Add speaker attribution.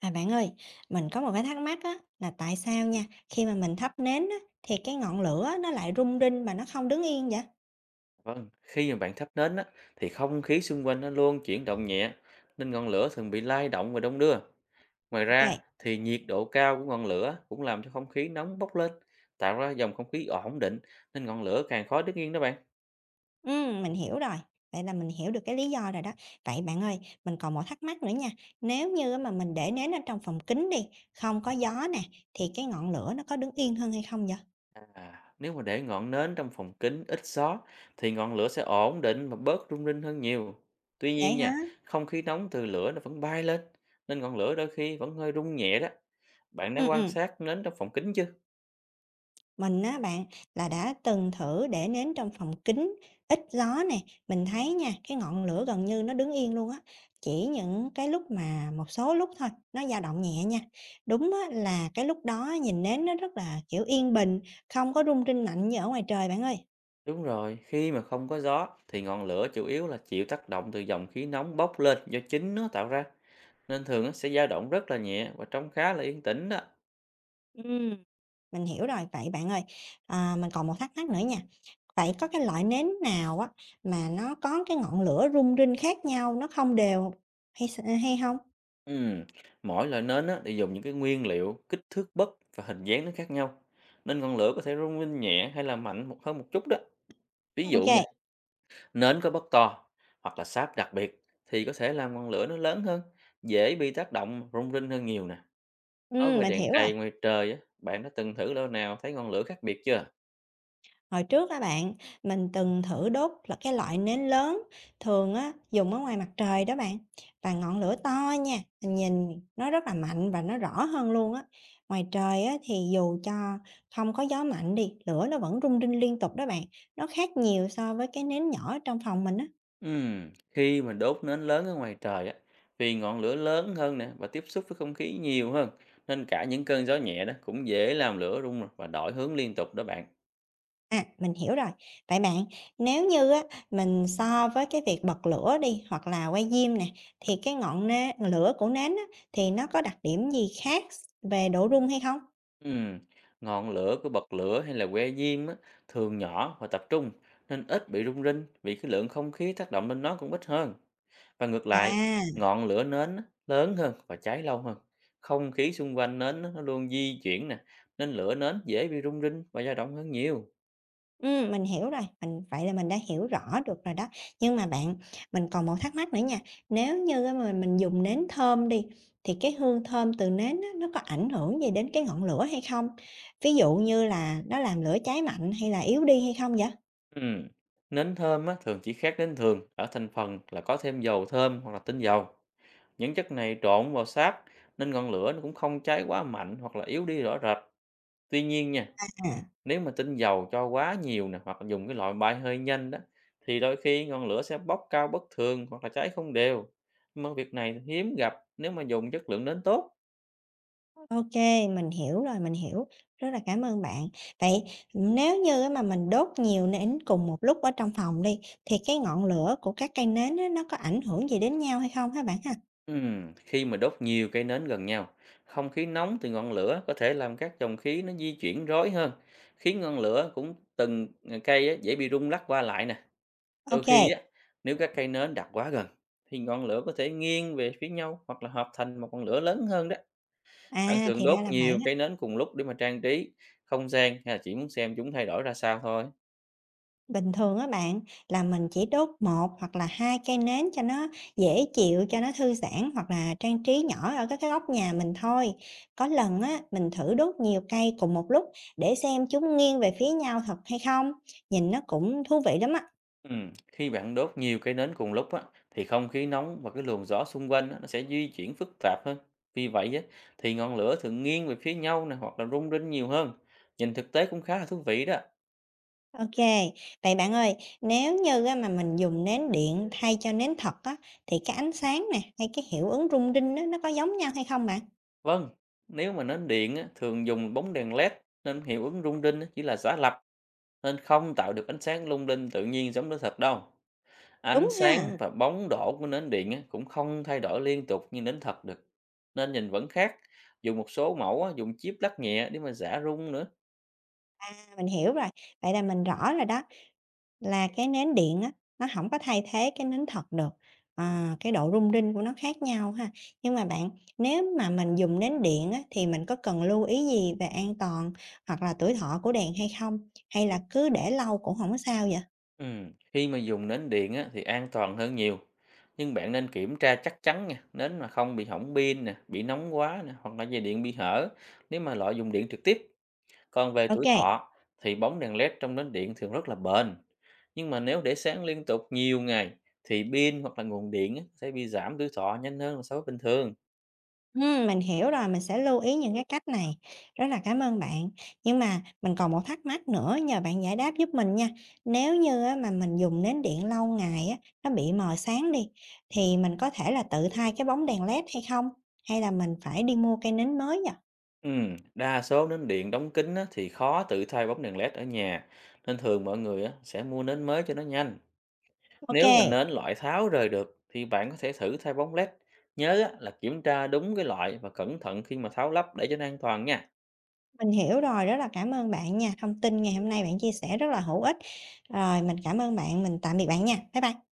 Speaker 1: À bạn ơi, mình có một cái thắc mắc á, là tại sao nha, khi mà mình thắp nến á, thì cái ngọn lửa nó lại rung rinh mà nó không đứng yên vậy?
Speaker 2: Vâng, khi mà bạn thắp nến á, thì không khí xung quanh nó luôn chuyển động nhẹ nên ngọn lửa thường bị lay động và đông đưa. Ngoài
Speaker 1: Ok,
Speaker 2: ra thì nhiệt độ cao của ngọn lửa cũng làm cho không khí nóng bốc lên, tạo ra dòng không khí ổn định nên ngọn lửa càng khó đứng yên đó bạn.
Speaker 1: ừ, mình hiểu rồi. Vậy là mình hiểu được cái lý do rồi đó. Vậy bạn ơi, mình còn một thắc mắc nữa nha. Nếu như á mà mình để nến ở trong phòng kín đi, không có gió nè, thì cái ngọn lửa nó có đứng yên hơn hay không vậy?
Speaker 2: À, nếu mà để ngọn nến trong phòng kín ít gió thì ngọn lửa sẽ ổn định và bớt rung rinh hơn nhiều. Tuy
Speaker 1: Vậy
Speaker 2: nhiên
Speaker 1: hả?
Speaker 2: nha, không khí nóng từ lửa nó vẫn bay lên nên ngọn lửa đôi khi vẫn hơi rung nhẹ đó. Bạn đã
Speaker 1: Ừ
Speaker 2: quan
Speaker 1: ừ.
Speaker 2: sát nến trong phòng kín chưa?
Speaker 1: Mình á bạn, là đã từng thử để nến trong phòng kín, ít gió này mình thấy nha, cái ngọn lửa gần như nó đứng yên luôn á, chỉ những cái lúc mà một số lúc thôi, nó dao động nhẹ nha. Đúng á là cái lúc đó nhìn nến nó rất là, kiểu, yên bình, không có rung rinh mạnh như ở ngoài trời bạn ơi.
Speaker 2: Đúng rồi, khi mà không có gió thì ngọn lửa chủ yếu là chịu tác động từ dòng khí nóng bốc lên do chính nó tạo ra, nên thường nó sẽ dao động rất là nhẹ và trông khá là yên tĩnh đó.
Speaker 1: Ừm. Mình hiểu rồi, vậy bạn ơi, à, mình còn một thắc mắc nữa nha, vậy có cái loại nến nào á mà nó có cái ngọn lửa rung rinh khác nhau, nó không đều hay không
Speaker 2: Ừm, Mỗi loại nến á, thì dùng những cái nguyên liệu, kích thước bất và hình dáng nó khác nhau, nên ngọn lửa có thể rung lên nhẹ hay là mạnh một hơn một chút đó. Ví
Speaker 1: ok
Speaker 2: dụ
Speaker 1: kê,
Speaker 2: nha, nến có bất to hoặc là sáp đặc biệt thì có thể làm ngọn lửa nó lớn hơn, dễ bị tác động rung rinh hơn nhiều nè. Nói về
Speaker 1: mình
Speaker 2: đèn
Speaker 1: hiểu rồi.
Speaker 2: cầy ngoài trời á, bạn đã từng thử lâu nào thấy ngọn lửa khác biệt chưa?
Speaker 1: Hồi trước các bạn, mình từng thử đốt là cái loại nến lớn, thường á dùng ở ngoài mặt trời đó bạn, và ngọn lửa to nha, mình nhìn nó rất là mạnh và nó rõ hơn luôn á. Ngoài trời á thì dù cho không có gió mạnh đi, lửa nó vẫn rung rinh liên tục đó bạn, nó khác nhiều so với cái nến nhỏ ở trong phòng mình á.
Speaker 2: Khi mà đốt nến lớn ở ngoài trời á, vì ngọn lửa lớn hơn nè và tiếp xúc với không khí nhiều hơn, nên cả những cơn gió nhẹ đó cũng dễ làm lửa rung rồi và đổi hướng liên tục đó bạn.
Speaker 1: À, mình hiểu rồi. Vậy bạn, nếu như á, mình so với cái việc bật lửa đi hoặc là quay diêm nè, thì cái ngọn nê lửa của nến á, thì nó có đặc điểm gì khác về độ rung hay không?
Speaker 2: Ừm, ngọn lửa của bật lửa hay là que diêm á, thường nhỏ và tập trung nên ít bị rung rinh vì cái lượng không khí tác động lên nó cũng ít hơn. Và ngược lại,
Speaker 1: À,
Speaker 2: ngọn lửa nến á, lớn hơn và cháy lâu hơn. Không khí xung quanh nến á, nó luôn di chuyển nè, nên lửa nến dễ bị rung rinh và dao động hơn nhiều.
Speaker 1: mình hiểu rồi, vậy là mình đã hiểu rõ được rồi đó. Nhưng mà bạn, mình còn một thắc mắc nữa nha, nếu như á, mà mình dùng nến thơm đi, thì cái hương thơm từ nến á, nó có ảnh hưởng gì đến cái ngọn lửa hay không? Ví dụ như là nó làm lửa cháy mạnh hay là yếu đi hay không vậy?
Speaker 2: Ừm, Nến thơm á, thường chỉ khác nến thường ở thành phần là có thêm dầu thơm hoặc là tinh dầu. Những chất này trộn vào sáp nên ngọn lửa nó cũng không cháy quá mạnh hoặc là yếu đi rõ rệt. Tuy nhiên nha,
Speaker 1: À.
Speaker 2: nếu mà tinh dầu cho quá nhiều nè hoặc là dùng cái loại bay hơi nhanh đó thì đôi khi ngọn lửa sẽ bốc cao bất thường hoặc là cháy không đều. Nhưng mà việc này hiếm gặp nếu mà dùng chất lượng nến tốt.
Speaker 1: OK, mình hiểu rồi, mình hiểu. Rất là cảm ơn bạn. Vậy nếu như á mà mình đốt nhiều nến cùng một lúc ở trong phòng đi, thì cái ngọn lửa của các cây nến á, nó có ảnh hưởng gì đến nhau hay không hả bạn ha?
Speaker 2: Khi mà đốt nhiều cây nến gần nhau, không khí nóng từ ngọn lửa có thể làm các dòng khí nó di chuyển rối hơn, khiến ngọn lửa cũng từng cây á, dễ bị rung lắc qua lại nè. Đôi khi
Speaker 1: OK,
Speaker 2: á, nếu các cây nến đặt quá gần, thì ngọn lửa có thể nghiêng về phía nhau hoặc là hợp thành một ngọn lửa lớn hơn đó. Bạn
Speaker 1: à,
Speaker 2: thường
Speaker 1: thì
Speaker 2: đốt
Speaker 1: ra là vậy
Speaker 2: nhiều
Speaker 1: á.
Speaker 2: cây nến cùng lúc để mà trang trí không gian hay là chỉ muốn xem chúng thay đổi ra sao thôi?
Speaker 1: Bình thường á bạn, là mình chỉ đốt một hoặc là 2 cây nến cho nó dễ chịu, cho nó thư giãn hoặc là trang trí nhỏ ở các cái góc nhà mình thôi. Có lần á, mình thử đốt nhiều cây cùng một lúc để xem chúng nghiêng về phía nhau thật hay không, nhìn nó cũng thú vị lắm á.
Speaker 2: Khi bạn đốt nhiều cây nến cùng lúc á, thì không khí nóng và cái luồng gió xung quanh á, nó sẽ di chuyển phức tạp hơn. Vì vậy á, thì ngọn lửa thường nghiêng về phía nhau nè hoặc là rung rinh nhiều hơn. Nhìn thực tế cũng khá là thú vị đó.
Speaker 1: OK, vậy bạn ơi, nếu như á mà mình dùng nến điện thay cho nến thật á, thì cái ánh sáng nè, hay cái hiệu ứng rung rinh á, nó có giống nhau hay không bạn?
Speaker 2: Vâng, nếu mà nến điện á, thường dùng bóng đèn LED nên hiệu ứng rung rinh á, chỉ là giả lập nên không tạo được ánh sáng lung linh tự nhiên giống nến thật đâu. Ánh
Speaker 1: Đúng ha,
Speaker 2: sáng và bóng đổ của nến điện á, cũng không thay đổi liên tục như nến thật được. Nên nhìn vẫn khác. Dùng một số mẫu á, dùng chip lắc nhẹ để mà giả rung nữa.
Speaker 1: à, mình hiểu rồi. Vậy là mình rõ rồi đó, là cái nến điện á, nó không có thay thế cái nến thật được, à, cái độ rung rinh của nó khác nhau ha. Nhưng mà bạn, nếu mà mình dùng nến điện á, thì mình có cần lưu ý gì về an toàn hoặc là tuổi thọ của đèn hay không? Hay là cứ để lâu cũng không có sao vậy?
Speaker 2: Khi mà dùng nến điện á, thì an toàn hơn nhiều. Nhưng bạn nên kiểm tra chắc chắn nha, nến mà không bị hỏng pin nè, bị nóng quá nè, hoặc là dây điện bị hở nếu mà loại dùng điện trực tiếp. Còn về tuổi
Speaker 1: OK.
Speaker 2: thọ thì bóng đèn LED trong nến điện thường rất là bền. Nhưng mà nếu để sáng liên tục nhiều ngày thì pin hoặc là nguồn điện á, sẽ bị giảm tuổi thọ nhanh hơn là so với bình thường.
Speaker 1: Mình hiểu rồi, mình sẽ lưu ý những cái cách này. Rất là cảm ơn bạn. Nhưng mà mình còn một thắc mắc nữa nhờ bạn giải đáp giúp mình nha. Nếu như á, mà mình dùng nến điện lâu ngày á, nó bị mờ sáng đi, thì mình có thể là tự thay cái bóng đèn LED hay không? Hay là mình phải đi mua cây nến mới nhỉ?
Speaker 2: Đa số nến điện đóng kín á, thì khó tự thay bóng đèn LED ở nhà. Nên thường mọi người á, sẽ mua nến mới cho nó nhanh.
Speaker 1: OK,
Speaker 2: Nếu mà nến loại tháo rời được thì bạn có thể thử thay bóng led. Nhớ á, là kiểm tra đúng cái loại và cẩn thận khi mà tháo lắp để cho nó an toàn nha.
Speaker 1: mình hiểu rồi, rất là cảm ơn bạn nha. Thông tin ngày hôm nay bạn chia sẻ rất là hữu ích. Rồi, mình cảm ơn bạn, mình tạm biệt bạn nha. Bye bye.